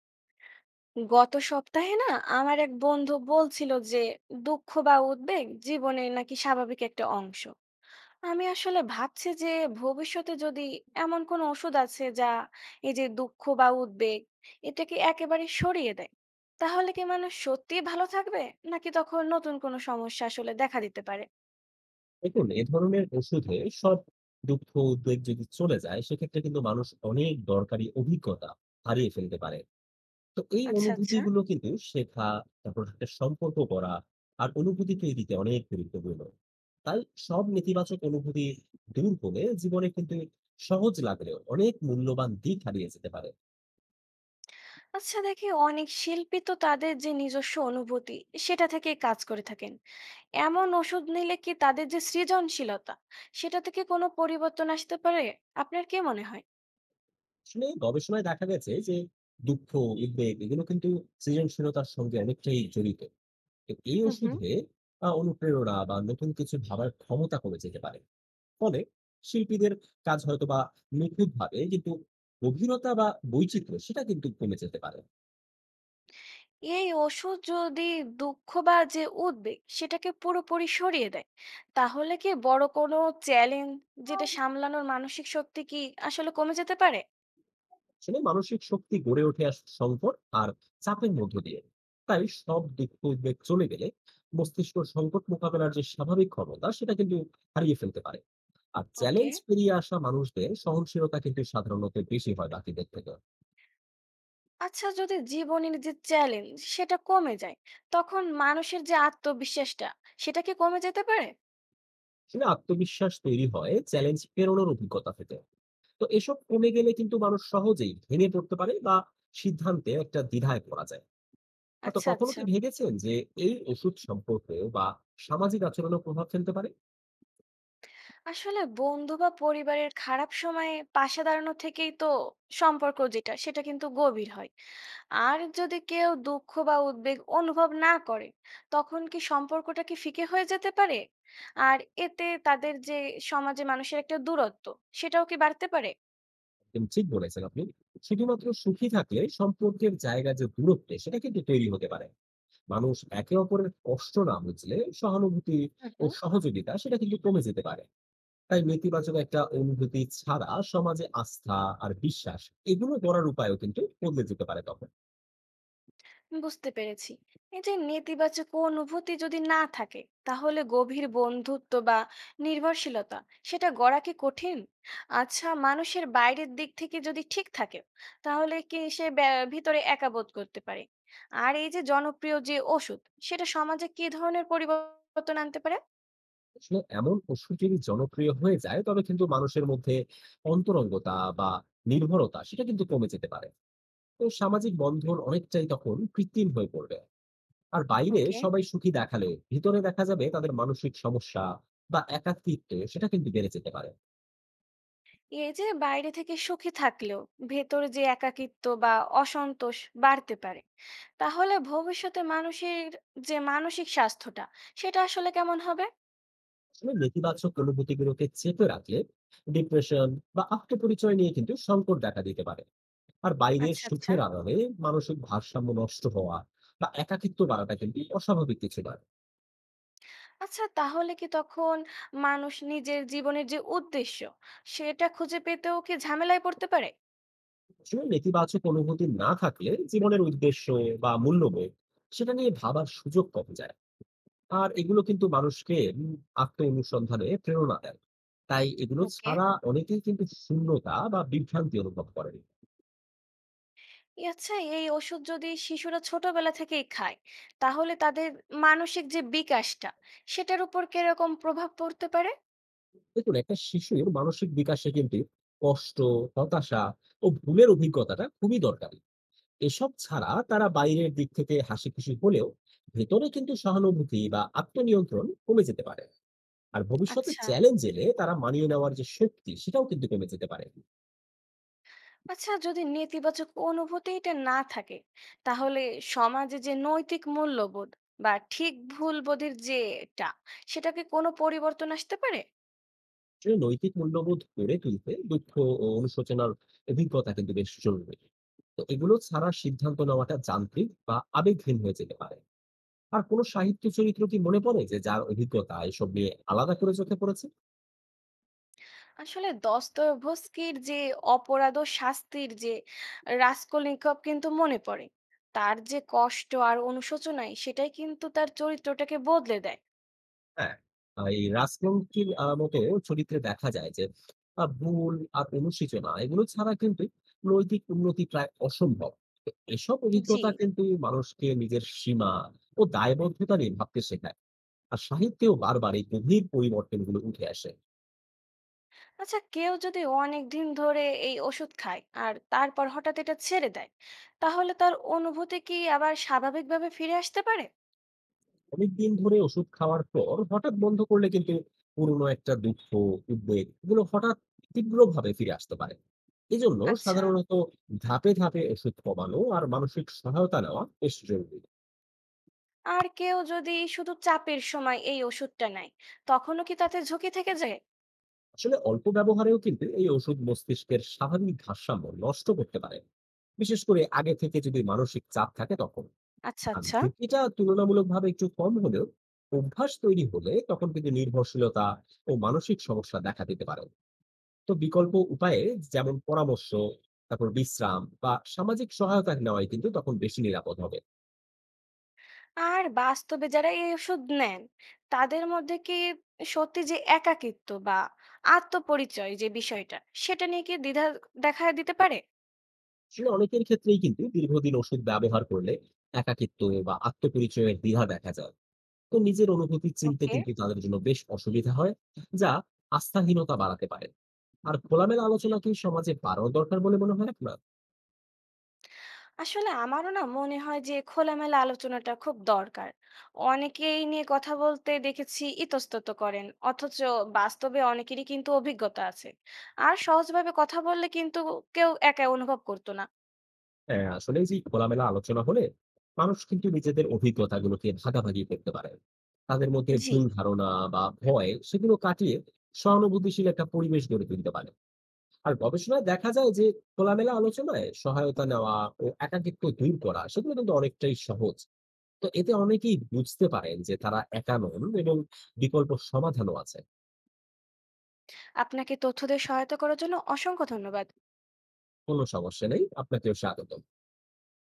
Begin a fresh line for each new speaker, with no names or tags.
গত সপ্তাহে না, আমার এক বন্ধু বলছিল যে দুঃখ বা উদ্বেগ জীবনের নাকি স্বাভাবিক একটা অংশ। আমি আসলে ভাবছি যে ভবিষ্যতে যদি এমন কোনো ওষুধ আছে যা এই যে দুঃখ বা উদ্বেগ, এটাকে একেবারে সরিয়ে দেয়, তাহলে কি মানুষ সত্যিই ভালো থাকবে, নাকি তখন নতুন কোনো সমস্যা আসলে দেখা দিতে পারে?
দেখুন, এ ধরনের ওষুধে সব দুঃখ উদ্বেগ যদি চলে যায় সেক্ষেত্রে কিন্তু মানুষ অনেক দরকারি অভিজ্ঞতা হারিয়ে ফেলতে পারে। তো এই
আচ্ছা, আচ্ছা।
অনুভূতিগুলো কিন্তু শেখা, তারপর একটা সম্পর্ক করা আর অনুভূতি তৈরিতে অনেক গুরুত্বপূর্ণ। তাই সব নেতিবাচক অনুভূতি দূর হলে জীবনে কিন্তু সহজ লাগলেও অনেক মূল্যবান দিক হারিয়ে যেতে পারে।
আচ্ছা দেখি, অনেক শিল্পী তো তাদের যে নিজস্ব অনুভূতি, সেটা থেকে কাজ করে থাকেন। এমন ওষুধ নিলে কি তাদের যে সৃজনশীলতা, সেটাতে কি কোনো পরিবর্তন আসতে পারে? আপনার কি মনে হয়?
শুনে গবেষণায় দেখা গেছে যে দুঃখ উদ্বেগ এগুলো কিন্তু সৃজনশীলতার সঙ্গে অনেকটাই জড়িত। তো এই
হুম, হুম।
ওষুধে অনুপ্রেরণা বা নতুন কিছু ভাবার ক্ষমতা কমে যেতে পারে। ফলে শিল্পীদের কাজ হয়তোবা নিখুঁতভাবে কিন্তু গভীরতা বা বৈচিত্র্য সেটা কিন্তু কমে যেতে পারে।
এই ওষুধ যদি দুঃখ বা যে উদ্বেগ, সেটাকে পুরোপুরি সরিয়ে দেয়, তাহলে কি বড় কোনো চ্যালেঞ্জ, যেটা সামলানোর মানসিক শক্তি কি আসলে কমে যেতে পারে?
আসলে মানসিক শক্তি গড়ে ওঠে সংকট আর চাপের মধ্য দিয়ে। তাই সব দিক উদ্বেগ চলে গেলে মস্তিষ্ক সংকট মোকাবেলার যে স্বাভাবিক ক্ষমতা সেটা কিন্তু হারিয়ে ফেলতে পারে। আর
ওকে।
চ্যালেঞ্জ পেরিয়ে আসা মানুষদের সহনশীলতা কিন্তু সাধারণত বেশি হয় বাকিদের থেকে।
আচ্ছা, যদি জীবনের যে চ্যালেঞ্জ, সেটা কমে যায়, তখন মানুষের যে আত্মবিশ্বাসটা, সেটা কি কমে যেতে পারে?
আসলে আত্মবিশ্বাস তৈরি হয় চ্যালেঞ্জ পেরোনোর অভিজ্ঞতা থেকে। তো এসব কমে গেলে কিন্তু মানুষ সহজেই ভেঙে পড়তে পারে বা সিদ্ধান্তে একটা দ্বিধায় পড়া যায়। তো
আচ্ছা,
কখনো
আচ্ছা।
কি ভেবেছেন যে এই ওষুধ সম্পর্কে বা সামাজিক আচরণেও প্রভাব ফেলতে পারে?
আসলে বন্ধু বা পরিবারের খারাপ সময়ে পাশে দাঁড়ানো থেকেই তো সম্পর্ক, যেটা সেটা কিন্তু গভীর হয়। আর যদি কেউ দুঃখ বা উদ্বেগ অনুভব না করে, তখন কি সম্পর্কটা কি ফিকে হয়ে যেতে পারে? আর এতে তাদের যে সমাজে মানুষের একটা দূরত্ব, সেটাও কি বাড়তে পারে?
একদম ঠিক বলেছেন আপনি। শুধুমাত্র সুখী থাকলে সম্পর্কের জায়গার যে দূরত্ব সেটা কিন্তু তৈরি হতে পারে। মানুষ একে অপরের কষ্ট না বুঝলে সহানুভূতি ও সহযোগিতা সেটা কিন্তু কমে যেতে পারে। তাই নেতিবাচক একটা অনুভূতি ছাড়া সমাজে আস্থা আর বিশ্বাস এগুলো গড়ার উপায়ও কিন্তু বদলে যেতে পারে তখন।
বুঝতে পেরেছি। এই যে নেতিবাচক অনুভূতি যদি না থাকে, তাহলে গভীর বন্ধুত্ব বা নির্ভরশীলতা, সেটা গড়া কি কঠিন? আচ্ছা, মানুষের বাইরের দিক থেকে যদি ঠিক থাকে, তাহলে কি সে ভিতরে একা বোধ করতে পারে? আর এই যে জনপ্রিয় যে ওষুধ, সেটা সমাজে কি ধরনের পরিবর্তন আনতে পারে?
আসলে এমন পশু যদি জনপ্রিয় হয়ে যায় তবে কিন্তু মানুষের মধ্যে অন্তরঙ্গতা বা নির্ভরতা সেটা কিন্তু কমে যেতে পারে। তো সামাজিক বন্ধন অনেকটাই তখন কৃত্রিম হয়ে পড়বে। আর বাইরে
ওকে।
সবাই সুখী দেখালে ভিতরে দেখা যাবে তাদের মানসিক সমস্যা বা একাকিত্ব সেটা কিন্তু বেড়ে যেতে পারে।
এই যে বাইরে থেকে সুখী থাকলেও ভেতরে যে একাকিত্ব বা অসন্তোষ বাড়তে পারে, তাহলে ভবিষ্যতে মানুষের যে মানসিক স্বাস্থ্যটা, সেটা আসলে কেমন হবে?
আসলে নেতিবাচক অনুভূতিগুলোকে চেপে রাখলে ডিপ্রেশন বা আত্মপরিচয় নিয়ে কিন্তু সংকট দেখা দিতে পারে। আর বাইরের
আচ্ছা, আচ্ছা।
সুখের আড়ালে মানসিক ভারসাম্য নষ্ট হওয়া বা একাকিত্ব বাড়াটা কিন্তু অস্বাভাবিক কিছু নয়।
আচ্ছা, তাহলে কি তখন মানুষ নিজের জীবনের যে উদ্দেশ্য, সেটা খুঁজে পেতেও কি ঝামেলায় পড়তে পারে?
আসলে নেতিবাচক অনুভূতি না থাকলে জীবনের উদ্দেশ্য বা মূল্যবোধ সেটা নিয়ে ভাবার সুযোগ কমে যায়। আর এগুলো কিন্তু মানুষকে আত্ম অনুসন্ধানে প্রেরণা দেয়। তাই এগুলো
ওকে।
ছাড়া অনেকেই কিন্তু শূন্যতা বা বিভ্রান্তি অনুভব করেন।
আচ্ছা, এই ওষুধ যদি শিশুরা ছোটবেলা থেকেই খায়, তাহলে তাদের মানসিক যে বিকাশটা, সেটার উপর কিরকম প্রভাব পড়তে পারে?
দেখুন, একটা শিশুর মানসিক বিকাশে কিন্তু কষ্ট, হতাশা ও ভুলের অভিজ্ঞতাটা খুবই দরকারি। এসব ছাড়া তারা বাইরের দিক থেকে হাসিখুশি হলেও ভেতরে কিন্তু সহানুভূতি বা আত্মনিয়ন্ত্রণ কমে যেতে পারে। আর ভবিষ্যতে
আচ্ছা।
চ্যালেঞ্জ এলে তারা মানিয়ে নেওয়ার যে শক্তি সেটাও কিন্তু কমে যেতে পারে।
আচ্ছা, যদি নেতিবাচক অনুভূতিটা না থাকে, তাহলে সমাজে যে নৈতিক মূল্যবোধ বা ঠিক ভুল বোধের যেটা, সেটাকে কোনো পরিবর্তন আসতে পারে?
আসলে নৈতিক মূল্যবোধ গড়ে তুলতে দুঃখ ও অনুশোচনার অভিজ্ঞতা কিন্তু বেশ জরুরি। তো এগুলো ছাড়া সিদ্ধান্ত নেওয়াটা যান্ত্রিক বা আবেগহীন হয়ে যেতে পারে। আর কোনো সাহিত্য চরিত্র কি মনে পড়ে যে যার অভিজ্ঞতা এসব নিয়ে আলাদা করে চোখে পড়েছে?
আসলে দস্তয়েভস্কির যে অপরাধ ও শাস্তির যে রাস্কলনিকভ কিন্তু মনে পড়ে। তার যে কষ্ট আর অনুশোচনায় সেটাই কিন্তু তার চরিত্রটাকে বদলে দেয়।
হ্যাঁ, এই রাজতন্ত্রীর মতো চরিত্রে দেখা যায় যে ভুল আর অনুশোচনা এগুলো ছাড়া কিন্তু নৈতিক উন্নতি প্রায় অসম্ভব। তো এসব
জি।
অভিজ্ঞতা কিন্তু মানুষকে নিজের সীমা ও দায়বদ্ধতা নিয়ে ভাবতে শেখায়। আর সাহিত্যেও বারবার এই গভীর পরিবর্তনগুলো উঠে আসে।
আচ্ছা, কেউ যদি অনেক দিন ধরে এই ওষুধ খায় আর তারপর হঠাৎ এটা ছেড়ে দেয়, তাহলে তার অনুভূতি কি আবার স্বাভাবিকভাবে ফিরে আসতে পারে?
অনেকদিন ধরে ওষুধ খাওয়ার পর হঠাৎ বন্ধ করলে কিন্তু পুরনো একটা দুঃখ, উদ্বেগ এগুলো হঠাৎ তীব্রভাবে ফিরে আসতে পারে। এজন্য
আচ্ছা।
সাধারণত ধাপে ধাপে ওষুধ কমানো আর মানসিক সহায়তা নেওয়া বেশ জরুরি।
আর কেউ যদি শুধু চাপের সময় এই ওষুধটা নেয়, তখনও কি তাতে ঝুঁকি থেকে যায়?
আসলে অল্প ব্যবহারেও কিন্তু এই ওষুধ মস্তিষ্কের স্বাভাবিক ভারসাম্য নষ্ট করতে পারে, বিশেষ করে আগে থেকে যদি মানসিক চাপ থাকে তখন।
আচ্ছা,
আর
আচ্ছা।
ঝুঁকিটা তুলনামূলকভাবে একটু কম হলেও অভ্যাস তৈরি হলে তখন কিন্তু নির্ভরশীলতা ও মানসিক সমস্যা দেখা দিতে পারে। তো বিকল্প উপায়ে যেমন পরামর্শ, তারপর বিশ্রাম বা সামাজিক সহায়তা নেওয়াই কিন্তু তখন বেশি নিরাপদ হবে।
আর বাস্তবে যারা এই ওষুধ নেন, তাদের মধ্যে কি সত্যি যে একাকিত্ব বা আত্মপরিচয় যে বিষয়টা, সেটা নিয়ে কি দ্বিধা দেখা দিতে পারে?
আসলে অনেকের ক্ষেত্রেই কিন্তু দীর্ঘদিন ওষুধ ব্যবহার করলে একাকিত্ব বা আত্মপরিচয়ের দ্বিধা দেখা যায়। তো নিজের অনুভূতি চিনতে
ওকে।
কিন্তু তাদের জন্য বেশ অসুবিধা হয়, যা আস্থাহীনতা বাড়াতে পারে। আর খোলামেলা আলোচনা কি সমাজে বাড়ানো দরকার বলে মনে হয় আপনার?
আসলে আমারও না মনে হয় যে খোলামেলা আলোচনাটা খুব দরকার। অনেকেই নিয়ে কথা বলতে দেখেছি ইতস্তত করেন, অথচ বাস্তবে অনেকেরই কিন্তু অভিজ্ঞতা আছে। আর সহজভাবে কথা বললে কিন্তু কেউ একা অনুভব করতো না।
হ্যাঁ, আসলে এই যে খোলামেলা আলোচনা হলে মানুষ কিন্তু নিজেদের অভিজ্ঞতাগুলোকে ভাগাভাগি করতে পারে। তাদের মধ্যে
জি।
ভুল ধারণা বা ভয় সেগুলো কাটিয়ে সহানুভূতিশীল একটা পরিবেশ গড়ে তুলতে পারে। আর গবেষণায় দেখা যায় যে খোলামেলা আলোচনায় সহায়তা নেওয়া ও একাকিত্ব দূর করা সেগুলো কিন্তু অনেকটাই সহজ। তো এতে অনেকেই বুঝতে পারেন যে তারা একা নন এবং বিকল্প সমাধানও আছে।
আপনাকে তথ্য দিয়ে সহায়তা করার জন্য অসংখ্য ধন্যবাদ।
কোনো সমস্যা নেই। আপনাকেও স্বাগত।